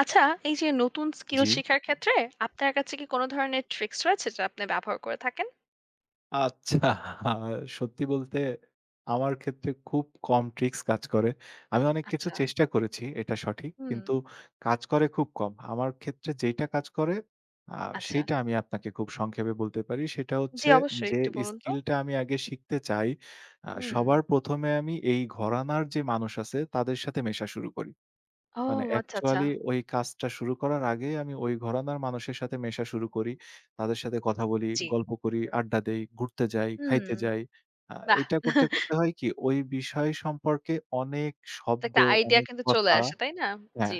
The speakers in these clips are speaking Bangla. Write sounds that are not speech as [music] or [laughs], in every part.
আচ্ছা, এই যে নতুন স্কিল জি। শেখার ক্ষেত্রে আপনার কাছে কি কোন ধরনের ট্রিক্স রয়েছে যা আপনি ব্যবহার করে থাকেন? আচ্ছা, [laughs] সত্যি বলতে আমার ক্ষেত্রে খুব কম ট্রিক্স কাজ করে। আমি অনেক কিছু আচ্ছা, চেষ্টা করেছি, এটা সঠিক। হুম, কিন্তু কাজ করে খুব কম। আমার ক্ষেত্রে যেইটা কাজ করে আ আচ্ছা। সেইটা আমি আপনাকে খুব সংক্ষেপে বলতে পারি। সেটা জি, হচ্ছে অবশ্যই যে একটু বলুন তো। স্কিলটা আমি আগে শিখতে চাই, হুম। সবার প্রথম এ আমি এই ঘরানার যে মানুষ আছে তাদের সাথে মেশা শুরু করি। ও মানে আচ্ছা, আচ্ছা। অ্যাকচুয়ালি ওই কাজটা শুরু করার আগেই আমি ওই ঘরানার মানুষের সাথে মেশা শুরু করি। তাদের সাথে কথা বলি, জি। গল্প করি, আড্ডা দেই, ঘুরতে যাই, হুম, খাইতে যাই। আ বাহ! এইটা [laughs] করতে, করতে হয় কি ওই বিষয় সম্পর্কে অনেক তো শব্দ, একটা আইডিয়া অনেক কিন্তু চলে কথা আসে, তাই না? জি। হ্যাঁ,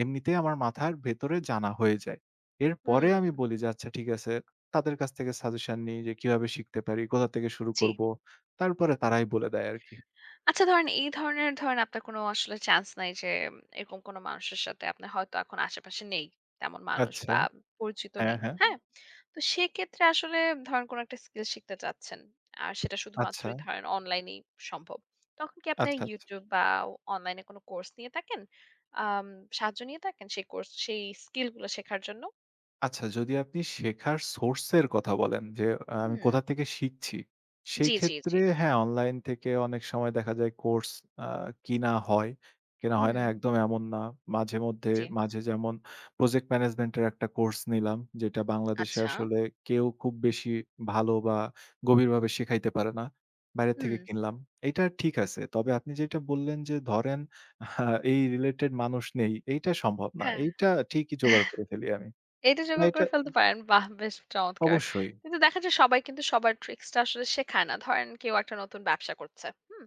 এমনিতেই আমার মাথার ভেতরে জানা হয়ে যায়। এরপরে আমি হুম, বলি যে, "আচ্ছা ঠিক আছে।" তাদের কাছ থেকে সাজেশন নিই যে কিভাবে শিখতে পারি, কোথা থেকে শুরু জি। করব। তারপরে তারাই বলে দেয় আরকি। আচ্ছা ধরেন এই ধরনের ধরেন আপনার কোনো আসলে চান্স নাই যে এরকম কোনো মানুষের সাথে আপনার হয়তো এখন আশেপাশে নেই তেমন মানুষ আচ্ছা। বা পরিচিত হ্যাঁ, নেই। হুম। হ্যাঁ। হ্যাঁ, তো সেক্ষেত্রে আসলে ধরেন কোনো একটা স্কিল শিখতে চাচ্ছেন, আর সেটা আচ্ছা, শুধুমাত্রই ধরেন অনলাইনেই সম্ভব। তখন কি আপনি আচ্ছা, আচ্ছা। ইউটিউব বা অনলাইনে কোনো কোর্স নিয়ে থাকেন, আম, সাহায্য নিয়ে থাকেন সেই কোর্স সেই স্কিলগুলো শেখার জন্য? আচ্ছা, যদি আপনি শেখার সোর্স এর কথা বলেন যে, আমি হুম। কোথা থেকে শিখছি, সেই জি, জি, ক্ষেত্রে জি। হ্যাঁ, অনলাইন থেকে অনেক সময় দেখা যায় কোর্স আ কিনা হয়। কেনা হয় হুম। না একদম এমন না। মাঝে মধ্যে জি। মাঝে যেমন প্রজেক্ট ম্যানেজমেন্ট এর একটা কোর্স নিলাম, যেটা বাংলাদেশে আচ্ছা। আসলে কেউ খুব বেশি ভালো বা গভীরভাবে শেখাইতে পারে না। বাইরে হুম। থেকে কিনলাম। এইটা ঠিক আছে। তবে আপনি যেটা বললেন যে, ধরেন আ এই রিলেটেড মানুষ নেই, এইটা সম্ভব না। হ্যাঁ, এইটা ঠিকই জোগাড় করে ফেলি আমি। এইটা না জোগাড় এটা করে ফেলতে পারেন। বাহ! বেশ চমৎকার। অবশ্যই। কিন্তু দেখা যায় সবাই কিন্তু সবার ট্রিকস টা আসলে শেখায় না। ধরেন কেউ একটা নতুন ব্যবসা করছে। হুম?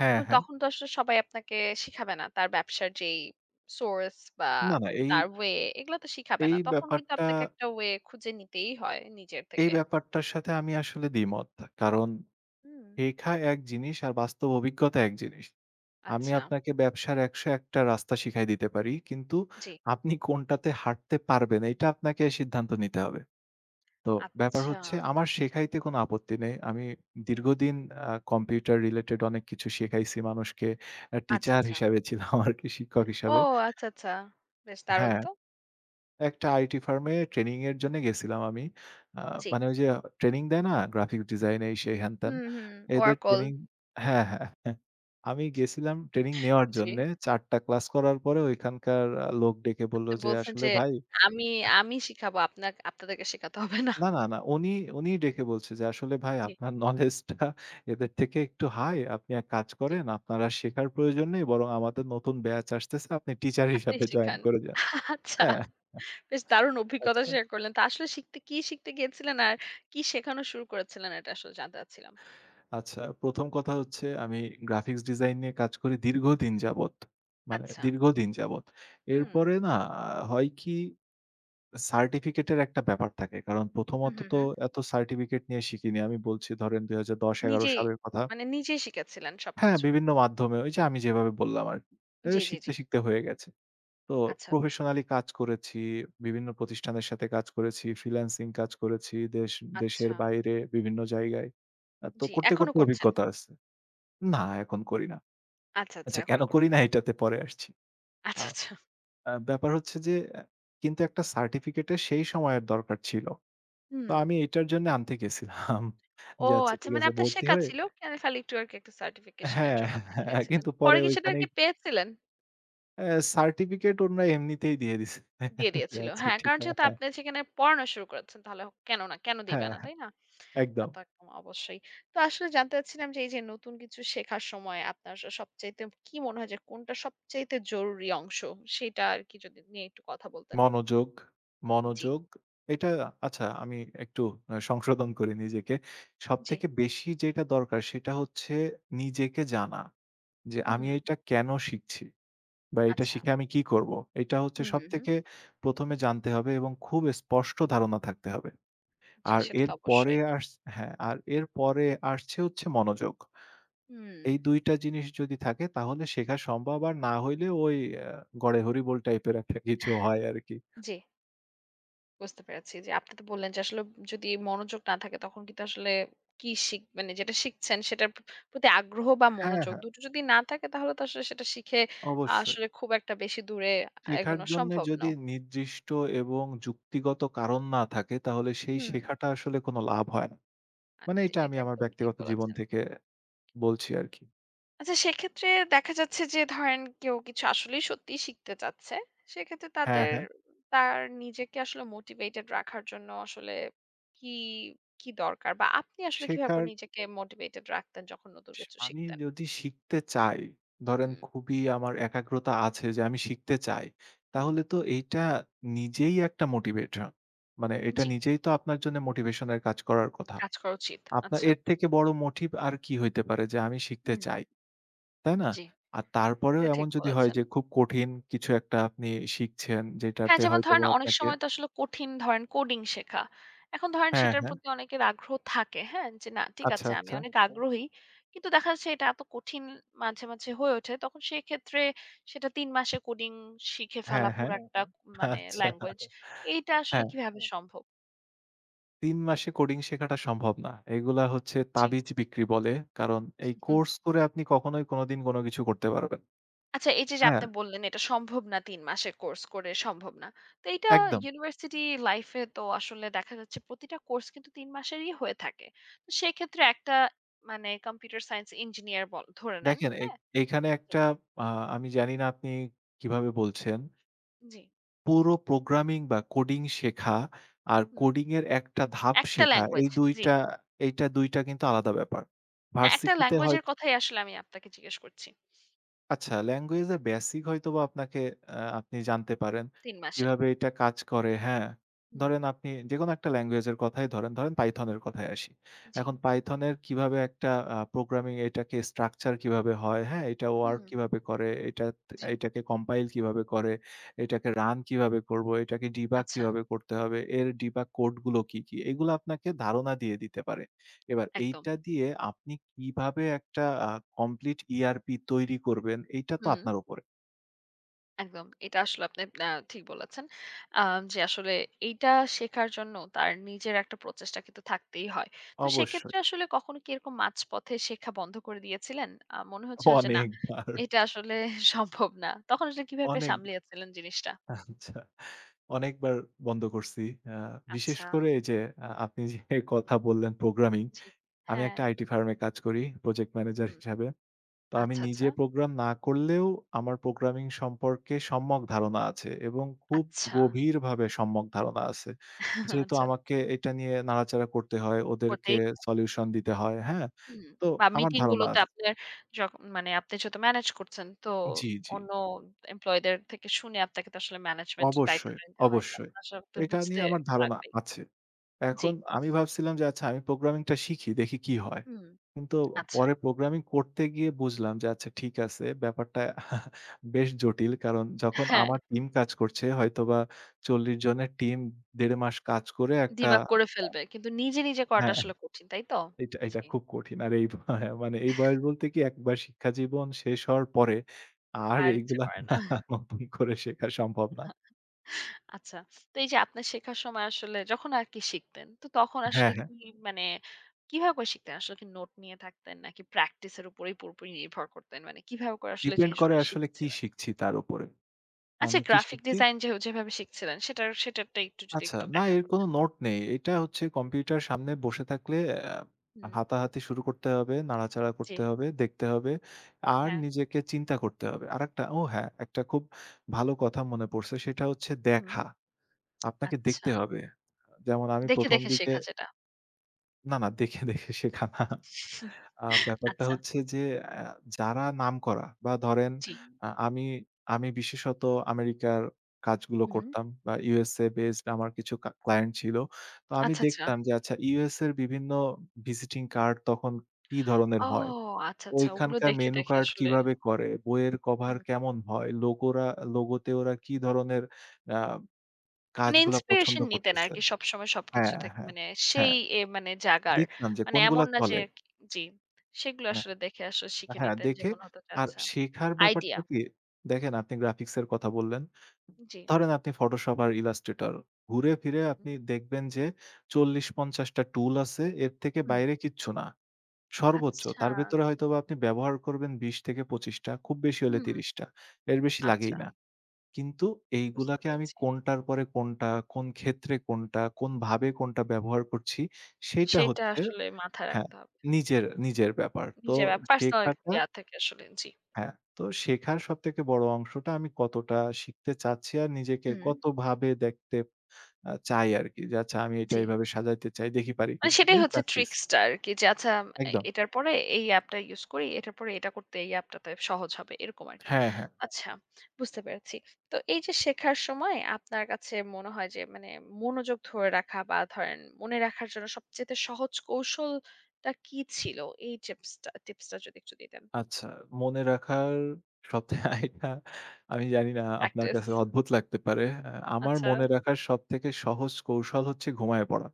হ্যাঁ, এখন হ্যাঁ। তখন তো আসলে সবাই আপনাকে শিখাবে না। তার ব্যবসার যেই সোর্স বা না, না এই, তার ওয়ে, এগুলো তো শিখাবে এই না। তখন কিন্তু ব্যাপারটা, আপনাকে একটা ওয়ে খুঁজে নিতেই হয় নিজের এই থেকে। ব্যাপারটার সাথে আমি আসলে দ্বিমত। কারণ হুম। শেখা এক জিনিস আর বাস্তব অভিজ্ঞতা এক জিনিস। আমি আচ্ছা। আপনাকে ব্যবসার ১০১ টা রাস্তা শিখাই দিতে পারি। কিন্তু জি। আপনি কোনটাতে হাঁটতে পারবেন এটা আপনাকে সিদ্ধান্ত নিতে হবে। তো ব্যাপার আচ্ছা। হচ্ছে আমার শেখাইতে কোনো আপত্তি নেই। আমি হুম। দীর্ঘদিন কম্পিউটার রিলেটেড অনেক কিছু শেখাইছি মানুষকে। আচ্ছা, টিচার আচ্ছা। হিসাবে ছিলাম আরকি শিক্ষক ও হিসাবে। আচ্ছা, আচ্ছা। বেশ দারুণ হ্যাঁ। তো। একটা আইটি ফার্মে ট্রেনিং এর জন্য গেছিলাম আমি। আ জি। মানে ওই যে ট্রেনিং দেয় না? গ্রাফিক ডিজাইন এই সেই হ্যান-ত্যান। হুম, হুম। এদের Oracle। ট্রেনিং হ্যাঁ, হ্যাঁ, হ্যাঁ। আমি গেছিলাম ট্রেনিং নেওয়ার জি। জন্যে। ৪ টা ক্লাস করার পরে ওইখানকার লোক ডেকে বলল আপনি যে বলছেন আসলে যে, ভাই "আমি আমি শিখাবো আপনাক আপনাদেরকে শেখাতে হবে না।" না, না, না উনি উনিই ডেকে বলছে যে আসলে ভাই জি, আপনার নলেজটা এদের থেকে একটু হাই। আপনি এক কাজ জি। করেন আপনার আর শেখার প্রয়োজন নেই। বরং আমাদের নতুন ব্যাচ আসতেছে। আপনি টিচার আপনি হিসাবে জয়েন শেখান। করে যান। আচ্ছা, হ্যাঁ, বেশ দারুণ অভিজ্ঞতা আচ্ছা। শেয়ার করলেন। তো আসলে শিখতে কি শিখতে গিয়েছিলেন আর কি শেখানো শুরু করেছিলেন, এটা আসলে জানতে চাচ্ছিলাম। আচ্ছা, প্রথম কথা হচ্ছে আমি গ্রাফিক্স ডিজাইন নিয়ে কাজ করি দীর্ঘদিন যাবৎ। মানে আচ্ছা, দীর্ঘদিন যাবৎ। হুম। এরপরে না হয় কি সার্টিফিকেটের একটা ব্যাপার থাকে। কারণ হুম, প্রথমত হুম, তো হুম। এত সার্টিফিকেট নিয়ে শিখিনি। আমি বলছি ধরেন ২০১০-১১ নিজেই সালের কথা। নিজেই শিখেছিলেন হ্যাঁ, সবকিছু। বিভিন্ন মাধ্যমে ওই যে আমি যেভাবে বললাম আরকি। এ জি, জি, শিখতে, জি। শিখতে হয়ে গেছে। তো আচ্ছা, প্রফেশনালি কাজ করেছি, বিভিন্ন প্রতিষ্ঠানের সাথে কাজ করেছি, ফ্রিল্যান্সিং কাজ করেছি, দেশের আচ্ছা। বাইরে বিভিন্ন জায়গায়। তো জি, করতে, এখনো করতে করছেন। অভিজ্ঞতা আছে। না, এখন করি না। আচ্ছা, আচ্ছা, আচ্ছা কেন এখনো করি করছেন। না এটাতে পরে আসছি। আ আচ্ছা, আচ্ছা। আ ব্যাপার হচ্ছে যে কিন্তু একটা সার্টিফিকেটের সেই সময়ের দরকার ছিল। তো হুম। আমি এটার জন্য আনতে গেছিলাম। ও যে আচ্ছা আচ্ছা, ঠিক মানে আছে আপনার ভর্তি শেখা হয়ে ছিল। কেন খালি একটু আরকি একটা সার্টিফিকেশন এর হ্যাঁ, জন্য আপনি হ্যাঁ গিয়েছিলেন। কিন্তু পরে পরে কি সেটা ওইখানেই আরকি পেয়েছিলেন? সার্টিফিকেট ওনারা এমনিতেই দিয়ে দিছে। দিয়ে যে দিয়েছিল। আচ্ছা হ্যাঁ, ঠিক কারণ হ্যাঁ, যেহেতু হ্যাঁ, আপনি সেখানে পড়ানো শুরু করেছেন তাহলে কেন না? কেন দিবে হ্যাঁ, না, হ্যাঁ তাই না? তা একদম। তো একদম অবশ্যই। তো আসলে জানতে চাচ্ছিলাম যে এই যে নতুন কিছু শেখার সময় আপনার স সবচাইতে কি মনে হয় যে কোনটা সবচাইতে জরুরি অংশ? সেটা আরকি যদি নিয়ে একটু কথা বলতেন। মনোযোগ, জি, মনোযোগ এটা আচ্ছা আমি একটু সংশোধন করি নিজেকে। জি। সবথেকে বেশি যেটা দরকার সেটা হচ্ছে নিজেকে জানা। যে আমি হুম, এইটা কেন শিখছি? বা এটা আচ্ছা। শিখে আমি কি করব? এটা হচ্ছে হুম, হুম, হুম। সবথেকে প্রথম এ জানতে হবে এবং খুব স্পষ্ট ধারণা থাকতে হবে। জি, আর সেটা তো এরপরে অবশ্যই। আস হ্যাঁ, আর এরপরে আসছে হচ্ছে মনোযোগ। হুম, এই ২ টা জিনিস যদি থাকে তাহলে শেখা সম্ভব। আর না হইলে ওই আ গড়ে হরিবোল টাইপের একটা কিছু হয় আরকি। জি। বুঝতে পেরেছি। যে আপনি তো বললেন যে আসলে যদি মনোযোগ না থাকে তখন কিন্তু আসলে কি শিখ মানে যেটা শিখছেন সেটার প্রতি আগ্রহ বা হ্যাঁ, মনোযোগ হ্যাঁ, দুটো যদি না থাকে তাহলে তো আসলে সেটা শিখে অবশ্যই। আসলে খুব একটা বেশি দূরে শেখার এগোনো জন্যে সম্ভব না। যদি নির্দিষ্ট এবং যুক্তিগত কারণ না থাকে তাহলে সেই হুম। শেখাটা আসলে কোন লাভ হয় না। আ- মানে এটা আমি এটা আমার একদম ঠিক ব্যক্তিগত জীবন বলেছেন। থেকে বলছি আরকি। আচ্ছা সেক্ষেত্রে দেখা যাচ্ছে যে ধরেন কেউ কিছু আসলেই সত্যিই শিখতে চাচ্ছে, সেক্ষেত্রে হ্যাঁ, তাদের হ্যাঁ। তার নিজেকে আসলে মোটিভেটেড রাখার জন্য আসলে কি, কি দরকার? বা আপনি আসলে কিভাবে শেখার করে নিজেকে মোটিভেটেড রাখতেন যখন নতুন স কিছু আমি শিখতেন? যদি শিখতে চাই, ধরেন হুম, খুবই আমার একাগ্রতা আছে যে আমি শিখতে চাই, হুম। তাহলে তো এইটা নিজেই একটা মোটিভেশন। মানে এটা জি, নিজেই তো আপনার জন্য মোটিভেশন এর কাজ করার কথা। কাজ করা উচিত। আপনার আচ্ছা। এর থেকে বড় মোটিভ আর কি হইতে পারে যে আমি শিখতে হুম। চাই, তাই না? জি, আর তারপরেও এটা এমন ঠিক যদি হয় বলেছেন। যে খুব কঠিন কিছু একটা আপনি শিখছেন হ্যাঁ, যেটাতে যেমন ধরেন হয়তোবা অনেক আপনাকে সময় তো আসলে কঠিন, ধরেন কোডিং শেখা। এখন ধরেন হ্যাঁ, সেটার হ্যাঁ। প্রতি অনেকের আগ্রহ থাকে, হ্যাঁ? যে না ঠিক আচ্ছা, আছে আমি আচ্ছা। অনেক আচ্ছা। আগ্রহী। কিন্তু দেখা যাচ্ছে এটা এত কঠিন মাঝে, মাঝে হয়ে ওঠে। তখন সেক্ষেত্রে সেটা ৩ মাসে কোডিং শিখে হ্যাঁ, ফেলা হ্যাঁ। পুরো হুম, একটা হুম। মানে আচ্ছা, আচ্ছা। ল্যাঙ্গুয়েজ। আচ্ছা। এইটা আসলে হ্যাঁ। কিভাবে হুম। সম্ভব? ৩ মাসে কোডিং শেখাটা সম্ভব না। এগুলা হচ্ছে জি। তাবিজ বিক্রি বলে। কারণ এই হুম। কোর্স করে আপনি কখনোই কোনদিন কোন কিছু করতে পারবেন আচ্ছা এই যে, যে হ্যাঁ, আপনি বললেন এটা সম্ভব না ৩ মাসের কোর্স করে সম্ভব না। তো এইটা একদম। ইউনিভার্সিটি লাইফ এ তো আসলে দেখা যাচ্ছে প্রতিটা কোর্স কিন্তু ৩ মাসেরই হয়ে থাকে। তো সেক্ষেত্রে একটা মানে কম্পিউটার সায়েন্স ইঞ্জিনিয়ার বল ধরে নেন, দেখেন হ্যাঁ? এইখানে জি। একটা আ আমি জানি না আপনি কিভাবে বলছেন। জি, পুরো প্রোগ্রামিং বা কোডিং শেখা আর হুম। কোডিং এর একটা ধাপ একটা শেখা এই ল্যাঙ্গুয়েজ, ২ জি। টা এইটা ২ টা কিন্তু আলাদা ব্যাপার। না, একটা ভার্সিটিতে ল্যাঙ্গুয়েজ হয় এর কথাই আসলে আমি আপনাকে জিজ্ঞেস করছি। আচ্ছা, ল্যাঙ্গুয়েজ এর বেসিক হয়তোবা আপনাকে আপনি জানতে পারেন। ৩ মাসে। কিভাবে এটা কাজ করে, হ্যাঁ? হুম, ধরেন আপনি যেকোনো একটা ল্যাঙ্গুয়েজ এর কথাই ধরেন, ধরেন Python এর কথায় আসি। জি। এখন Python এর কিভাবে একটা প্রোগ্রামিং এটাকে স্ট্রাকচার কিভাবে হয়, হ্যাঁ? এটা ওয়ার্ক হুম। কিভাবে করে, এটাত জি, এটাকে কম্পাইল কিভাবে করে, এটাকে রান কিভাবে করব, এটাকে ডিবাগ আচ্ছা, কিভাবে করতে হবে, এর ডিবাগ কোড গুলো কি, কি? এগুলো আপনাকে ধারণা দিয়ে দিতে পারে। এবার একদম। এইটা দিয়ে আপনি কিভাবে একটা আ কমপ্লিট ERP তৈরি করবেন, এইটা তো হুম। আপনার উপরে। একদম। এটা আসলে আপনি ঠিক বলেছেন। আ যে আসলে এইটা শেখার জন্য তার নিজের একটা প্রচেষ্টা কিন্তু থাকতেই হয়। তো সেক্ষেত্রে অবশ্যই। আসলে কখনো কি এরকম মাঝপথে শেখা বন্ধ করে দিয়েছিলেন? মনে হচ্ছিল যে না, অনেকবার, এটা আসলে [laughs] সম্ভব না। তখন আসলে কিভাবে অনেকবার, সামলিয়েছিলেন জিনিসটা? আচ্ছা। অনেকবার বন্ধ করছি। আ বিশেষ আচ্ছা, করে এই যে আপনি যে কথা বললেন প্রোগ্রামিং, জি। আমি হ্যাঁ, একটা আইটি ফার্ম এ কাজ করি প্রজেক্ট ম্যানেজার হুম। হিসাবে। তো আমি আচ্ছা, নিজে আচ্ছা। প্রোগ্রাম না করলেও আমার প্রোগ্রামিং সম্পর্কে সম্যক ধারণা আছে এবং খুব আচ্ছা, গভীরভাবে সম্যক ধারণা আছে। [laughs] যেহেতু আচ্ছা। আমাকে এটা নিয়ে নাড়াচাড়া করতে হয়, ওদেরকে করতেই সলিউশন দিতে হয়, হ্যাঁ? হুম, তো বা আমার মিটিং ধারণা গুলোতে আছে আপনার যখ মানে আপনি যেহেতু ম্যানেজ করছেন, তো জি, জি। অন্য এমপ্লয়িদের থেকে শুনে আপনাকে তো আসলে ম্যানেজমেন্টের অবশ্যই, দায়িত্বটা নিতে হয়। অবশ্যই। তখন আসলে আপনাকে এটা বুঝতে নিয়ে আমার ধারণা লাগবেই। আছে। জি। এখন আমি ভাবছিলাম যে আচ্ছা আমি প্রোগ্রামিংটা শিখি দেখি কি হয়। হুম, কিন্তু আচ্ছা। পরে প্রোগ্রামিং করতে গিয়ে বুঝলাম যে আচ্ছা ঠিক আছে ব্যাপারটা [laughs] বেশ জটিল। কারণ যখন হ্যাঁ, আমার টিম কাজ করছে হয়তোবা ৪০ জনের টিম ১.৫ মাস কাজ করে একটা ডিবাগ করে ফেলবে। কিন্তু নিজে করাটা হ্যাঁ, আসলে কঠিন, তাই তো? এটা এটা জি। খুব কঠিন। আর এই ব- হ্যাঁ, মানে এই বয়স বলতে কি একবার শিক্ষা জীবন শেষ হওয়ার পরে আর আর ইচ্ছে এইগুলা করে না। [laughs] নতুন করে শেখা সম্ভব না। আচ্ছা। তো এই যে আপনার শেখার সময় আসলে যখন আরকি শিখতেন, তো তখন হ্যাঁ, আসলে হ্যাঁ। কি মানে কিভাবে করে শিখতেন? আসলে কি নোট নিয়ে থাকতেন নাকি প্র্যাকটিস এর উপরেই পুরোপুরি নির্ভর করতেন? মানে কিভাবে করে আসলে ডিপেন্ড করে জিনিসগুলো আসলে কি শিখেছিলেন? শিখছি তার উপরে। আচ্ছা, আমি কি গ্রাফিক শিখছি ডিজাইন যে যেভাবে শিখছিলেন সেটার সেটারটা একটু যদি আচ্ছা, একটু না ব্যাখ্যা এর কোনো করতেন। নোট নেই। এটা হচ্ছে কম্পিউটার সামনে বসে থাকলে হুম, হাতাহাতি শুরু করতে হবে, নাড়াচাড়া জি, করতে হবে, দেখতে হবে। আর হ্যাঁ। নিজেকে চিন্তা করতে হবে। আরেকটা ও হ্যাঁ, একটা খুব ভালো কথা মনে পড়ছে সেটা হচ্ছে হুম, দেখা। আপনাকে আচ্ছা। দেখতে হবে। যেমন আমি দেখে, প্রথম দেখে দিকে শেখা যেটা। না, না দেখে, দেখে শেখা না। হুম, ব্যাপারটা আচ্ছা, হচ্ছে যে অ্যা যারা নামকরা বা ধরেন জি। আ আমি আমি বিশেষত আমেরিকার কাজগুলো হুম, করতাম বা USA based আমার কিছু ক্লায়েন্ট ছিল। তো আমি আচ্ছা, আচ্ছা। দেখতাম যে আচ্ছা US এর বিভিন্ন ভিজিটিং কার্ড তখন কি ধরনের ও হয়? আচ্ছা, আচ্ছা। ওগুলো ওইখানকার দেখে, মেনু দেখে কার্ড আসলে কিভাবে করে? বইয়ের কভার হুম। কেমন হয়? লোগোতে ওরা কি ধরনের আ মানে কাজগুলা পছন্দ ইন্সপিরেশন নিতেন করতেছে? আরকি সবসময় হ্যাঁ, সবকিছু থেকে। হ্যাঁ, মানে সেই হ্যাঁ। এ মানে জাগার। দেখতাম যে মানে কোনগুলা এমন না যে চলে। জি। সেগুলো আসলে দেখে আসলে শিখে হ্যাঁ, নিতেন যে দেখে মনে হতো যে আর আচ্ছা। শেখার আইডিয়া। ব্যাপারটা কি, দেখেন আপনি গ্রাফিক্স এর কথা বললেন। জি। ধরেন আপনি Photoshop আর Illustrator ঘুরে ফিরে আপনি দেখবেন যে ৪০-৫০ টা টুল আছে। এর থেকে হুম। বাইরে কিচ্ছু না। সর্বোচ্চ। আচ্ছা। তার ভেতরে হয়তোবা আপনি ব্যবহার করবেন ২০-২৫ টা, খুব বেশি হলে হুম। ৩০ টা। এর বেশি লাগেই আচ্ছা। না। কিন্তু বুঝতে এইগুলাকে আমি পেরেছি। কোনটার পরে কোনটা, কোন ক্ষেত্রে কোনটা, কোনভাবে কোনটা ব্যবহার করছি সেইটা সেটা হচ্ছে আসলে মাথায় হ্যাঁ, রাখতে হবে। নিজের ব্যাপার। তো নিজের পার্সোনাল শেখাটা ইয়া থেকে আসলে। জি। হ্যাঁ, তো শেখার সবথেকে বড় অংশটা আমি কতটা শিখতে চাচ্ছি আর নিজেকে হুম। কতভাবে দেখতে চাই আরকি। যে আচ্ছা আমি এটা জি। এভাবে সাজাইতে চাই, দেখি পারি মানে কিনা। সেটাই এই হচ্ছে প্র্যাকটিস ট্রিক্সটা আরকি, যে আচ্ছা একদম। এটার পরে এই অ্যাপটা ইউস করি, এটার পরে এটা করতে এই অ্যাপটাতে সহজ হবে এরকম আরকি। হ্যাঁ, হ্যাঁ। আচ্ছা, বুঝতে পেরেছি। তো এই যে শেখার সময় আপনার কাছে মনে হয় যে মানে মনোযোগ ধরে রাখা বা ধরেন মনে রাখার জন্য সবচেয়ে সহজ কৌশলটা কি ছিল? এই টিপসটা টিপসটা যদি একটু দিতেন। আচ্ছা মনে রাখার সবথেকে [laughs] এটা আমি জানি না আপনার প্র্যাকটিস। কাছে অদ্ভুত লাগতে পারে। আমার আচ্ছা। মনে রাখার সবথেকে সহজ কৌশল হচ্ছে ঘুমায়ে পড়া।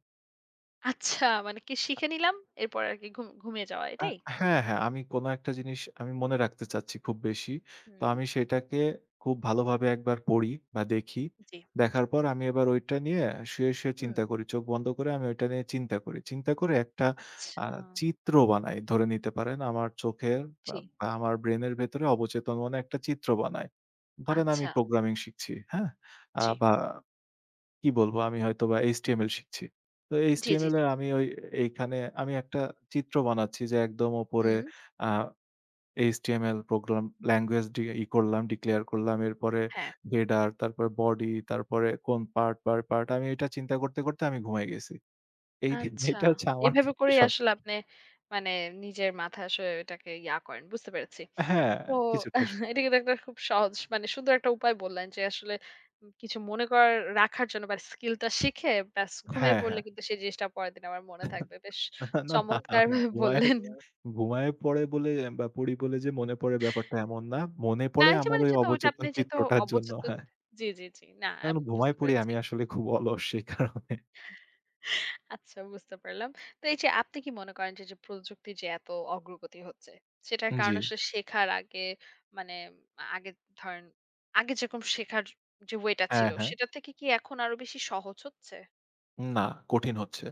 আচ্ছা মানে কি শিখে নিলাম এরপর আরকি ঘুমিয়ে যাওয়া আ এটাই? হ্যাঁ, হ্যাঁ। কোনো একটা জিনিস আমি মনে রাখতে চাচ্ছি খুব বেশি। তো হুম, আমি সেটাকে খুব ভালোভাবে একবার পড়ি বা দেখি। জি। দেখার পর আমি এবার ওইটা নিয়ে শুয়ে, শুয়ে হুম। চিন্তা করি। চোখ বন্ধ করে আমি ওইটা নিয়ে চিন্তা করি। চিন্তা করে একটা আ আচ্ছা, চিত্র বানাই। ধরে নিতে পারেন আমার চোখের বা জি। বা আমার ব্রেইনের ভেতরে অবচেতন মনে একটা চিত্র বানাই। ধরেন আমি আচ্ছা, প্রোগ্রামিং শিখছি, হ্যাঁ? আ জি। বা কি বলব? আমি হয়তোবা HTML শিখছি। তো জি, জি, HTML এ জি। আমি এইখানে আমি একটা চিত্র বানাচ্ছি যে একদম উপরে হুম, আ HTML প্রোগ্রাম ল্যাঙ্গুয়েজ ডি ই করলাম, ডিক্লেয়ার করলাম। এরপরে হ্যাঁ। হেডার, তারপরে বডি, তারপরে কোন পার্ট, পার্ট আমি এটা চিন্তা করতে, করতে আমি ঘুমায় গেছি। এই [laughs] আচ্ছা। এটা হচ্ছে আমার এভাবে ক্ষেত্রে করেই আসলে আপনি মানে নিজের মাথায় আসলে এটাকে ইয়া করেন। বুঝতে পেরেছি। হ্যাঁ, তো কিছুটা সত্য। এটা কিন্তু একটা খুব সহজ মানে সুন্দর একটা উপায় বললেন যে আসলে কিছু মনে করার রাখার জন্য বা স্কিলটা শিখে ব্যাস ঘুমিয়ে হ্যাঁ, হ্যাঁ। পড়লে কিন্তু সেই জিনিসটা পরের দিন আবার মনে [laughs] থাকবে। বেশ না, না চমৎকারভাবে ঘুমায়ে বললেন। ঘুমায়ে পড়ে বলে বা পড়ি বলে যে মনে পড়ে ব্যাপারটা এমন না। মনে না পড়ে এই যে আমার মানে ওই যেহেতু ওইটা অবচেতন আপনি যেহেতু চিত্রটার জন্য। অবচেতন হ্যাঁ। জি, জি, জি। না এখন আপ ঘুমায় বুঝতে পড়ি আমি পেরেছি। আসলে খুব অলস সেই কারণে। আচ্ছা বুঝতে পারলাম। তো এই যে আপনি কি মনে করেন যে, যে প্রযুক্তির যে এত অগ্রগতি হচ্ছে, সেটার জি। কারণে আসলে শেখার আগে মানে আগে ধরেন আগে যেরকম শেখার যে ওয়ে টা হ্যাঁ, ছিল হ্যাঁ। সেটা থেকে কি এখন আরো বেশি সহজ হচ্ছে? না, কঠিন হচ্ছে।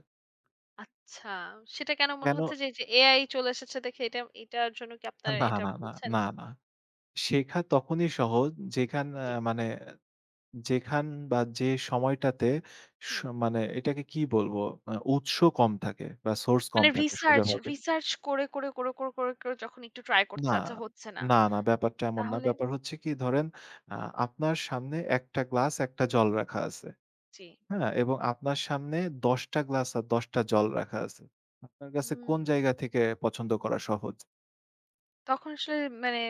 আচ্ছা, সেটা কেন মনে কেন? হচ্ছে যে এই যে এআই চলে এসেছে দেখে এটা এটার জন্য কি আপনার না, এটা না, না, বলছেন? না, না। শেখা তখনই সহজ যেখান আ জি। মানে যেখান বা যে সময়টাতে স হুম। মানে এটাকে কি বলবো? উৎস কম থাকে বা সোর্স কম মানে থাকে সোজাভাবে। রিসার্চ করে যখন একটু ট্রাই করছে না, আচ্ছা হচ্ছে না। না, না ব্যাপারটা এমন না। তাহলে ব্যাপার হচ্ছে কি ধরেন আ আপনার সামনে একটা গ্লাস একটা জল রাখা আছে। জি। হ্যাঁ, এবং আপনার সামনে ১০ টা গ্লাস আর ১০ টা জল রাখা আছে। আপনার কাছে কোন হুম। জায়গা থেকে পছন্দ করা সহজ? তখন আসলে মানে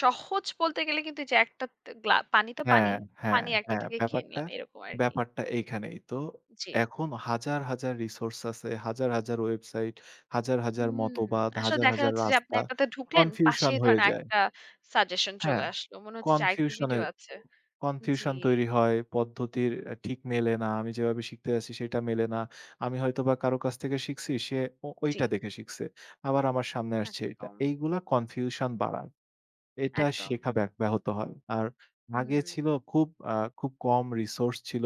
সহজ বলতে গেলে কিন্তু যে একটা তে গ্লা পানি তো হ্যাঁ, পানি। হ্যাঁ, পানি একটা হ্যাঁ, থেকে খেয়ে ব্যাপারটা নিলাম এরকম আরকি। ব্যাপারটা এইখানেই। তো জি। এখন হাজার, হাজার রিসোর্স আছে, হাজার, হাজার ওয়েবসাইট, হাজার, হাজার হুম, মতবাদ, আসলে হাজার, দেখা হাজার যাচ্ছে যে আপনি রাস্তা, একটাতে ঢুকলেন, কনফিউশন পাশেই হয়ে ধরেন যায়। আরেকটা সাজেশন চলে হ্যাঁ, আসলো। মনে হচ্ছে যে আরেকটা কনফিউশন এ ভিডিও আছে। জি, কনফিউশন তৈরি হয়। পদ্ধতির ঠিক মেলে না। আমি যেভাবে শিখতে যাচ্ছি সেটা মেলে না। আমি হয়তোবা কারো কাছ থেকে শিখছি, সে ও জি। ঐটা দেখে শিখছে। আবার আমার সামনে আসছে এটা। একদম, এইগুলা কনফিউশন বাড়ায়। এটা একদম। শেখা ব্যাহত হয়। আর আগে হুম, ছিল খুব খুব কম রিসোর্স ছিল।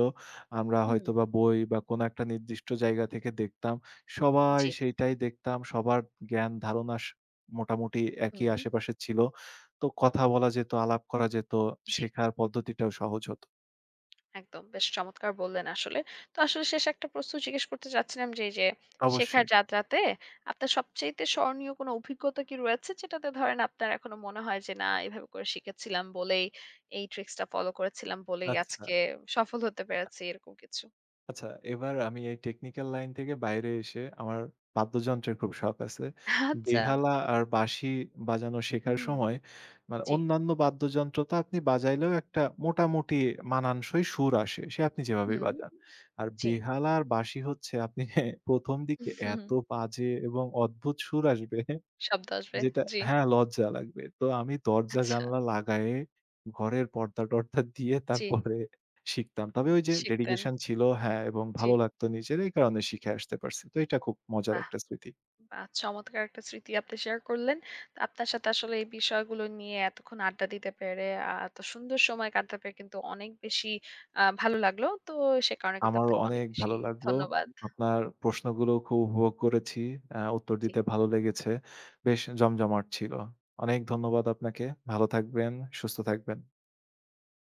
আমরা হুম। হয়তোবা বই বা কোনো একটা নির্দিষ্ট জায়গা থেকে দেখতাম। সবাই জি, সেইটাই দেখতাম। সবার জ্ঞান ধারণা মোটামুটি একই হুম, আশেপাশে ছিল। তো কথা বলা যেত, আলাপ করা যেত, জি। শেখার পদ্ধতিটাও সহজ হতো। একদম। বেশ চমৎকার বললেন আসলে। তো আসলে শেষ একটা প্রশ্ন জিজ্ঞেস করতে চাচ্ছিলাম যে, এই যে শেখার অবশ্যই। যাত্রাতে আপনার সবচাইতে স্মরণীয় কোনো অভিজ্ঞতা কি রয়েছে? যেটাতে ধরেন আপনার এখনো মনে হয় যে, "না, এভাবে করে শিখেছিলাম বলেই, এই ট্রিক্সটা ফলো করেছিলাম বলেই আচ্ছা। আজকে সফল হতে পেরেছি।" এরকম কিছু? আচ্ছা, এবার আমি এই টেকনিক্যাল লাইন থেকে বাইরে এসে আমার বাদ্যযন্ত্রের খুব শখ আছে। আচ্ছা। বেহালা আর বাঁশি বাজানো শেখার হুম, সময় মানে জি। অন্যান্য বাদ্যযন্ত্র তো আপনি বাজাইলেও একটা মোটামুটি মানানসই সুর আসে। সে আপনি যেভাবেই হুম। বাজান। আর জি। বেহালা আর বাঁশি হচ্ছে আপনি [laughs] প্রথম দিকে [laughs] হুম, এত বাজে এবং অদ্ভুত সুর আসবে শব্দ আসবে। যেটা জি। হ্যাঁ, লজ্জা লাগবে। তো আমি দরজা আচ্ছা। জানালা লাগায়ে ঘরের পর্দা-টর্দা দিয়ে জি। তারপরে শিখতাম। তবে ওই যে শিখতেন। ডেডিকেশন ছিল হ্যাঁ, এবং জি। ভালো লাগতো নিজের এই কারণে শিখে আসতে পারছি। তো এটা খুব মজার বাহ! একটা স্মৃতি। বাহ! চমৎকার একটা স্মৃতি আপনি শেয়ার করলেন। তো আপনার সাথে আসলে এই বিষয়গুলো নিয়ে এতক্ষণ আড্ডা দিতে পেরে, এত সুন্দর সময় কাটাতে পেরে কিন্তু অনেক বেশি ভালো লাগলো। তো সে কারণে কিন্তু আমারও আপনাকে অনেক অনেক বেশি ভালো লাগলো। ধন্যবাদ। আপনার প্রশ্নগুলো খুব উপভোগ করেছি। উত্তর জি। দিতে ভালো লেগেছে। বেশ জমজমাট ছিল। অনেক ধন্যবাদ আপনাকে। ভালো থাকবেন, সুস্থ থাকবেন।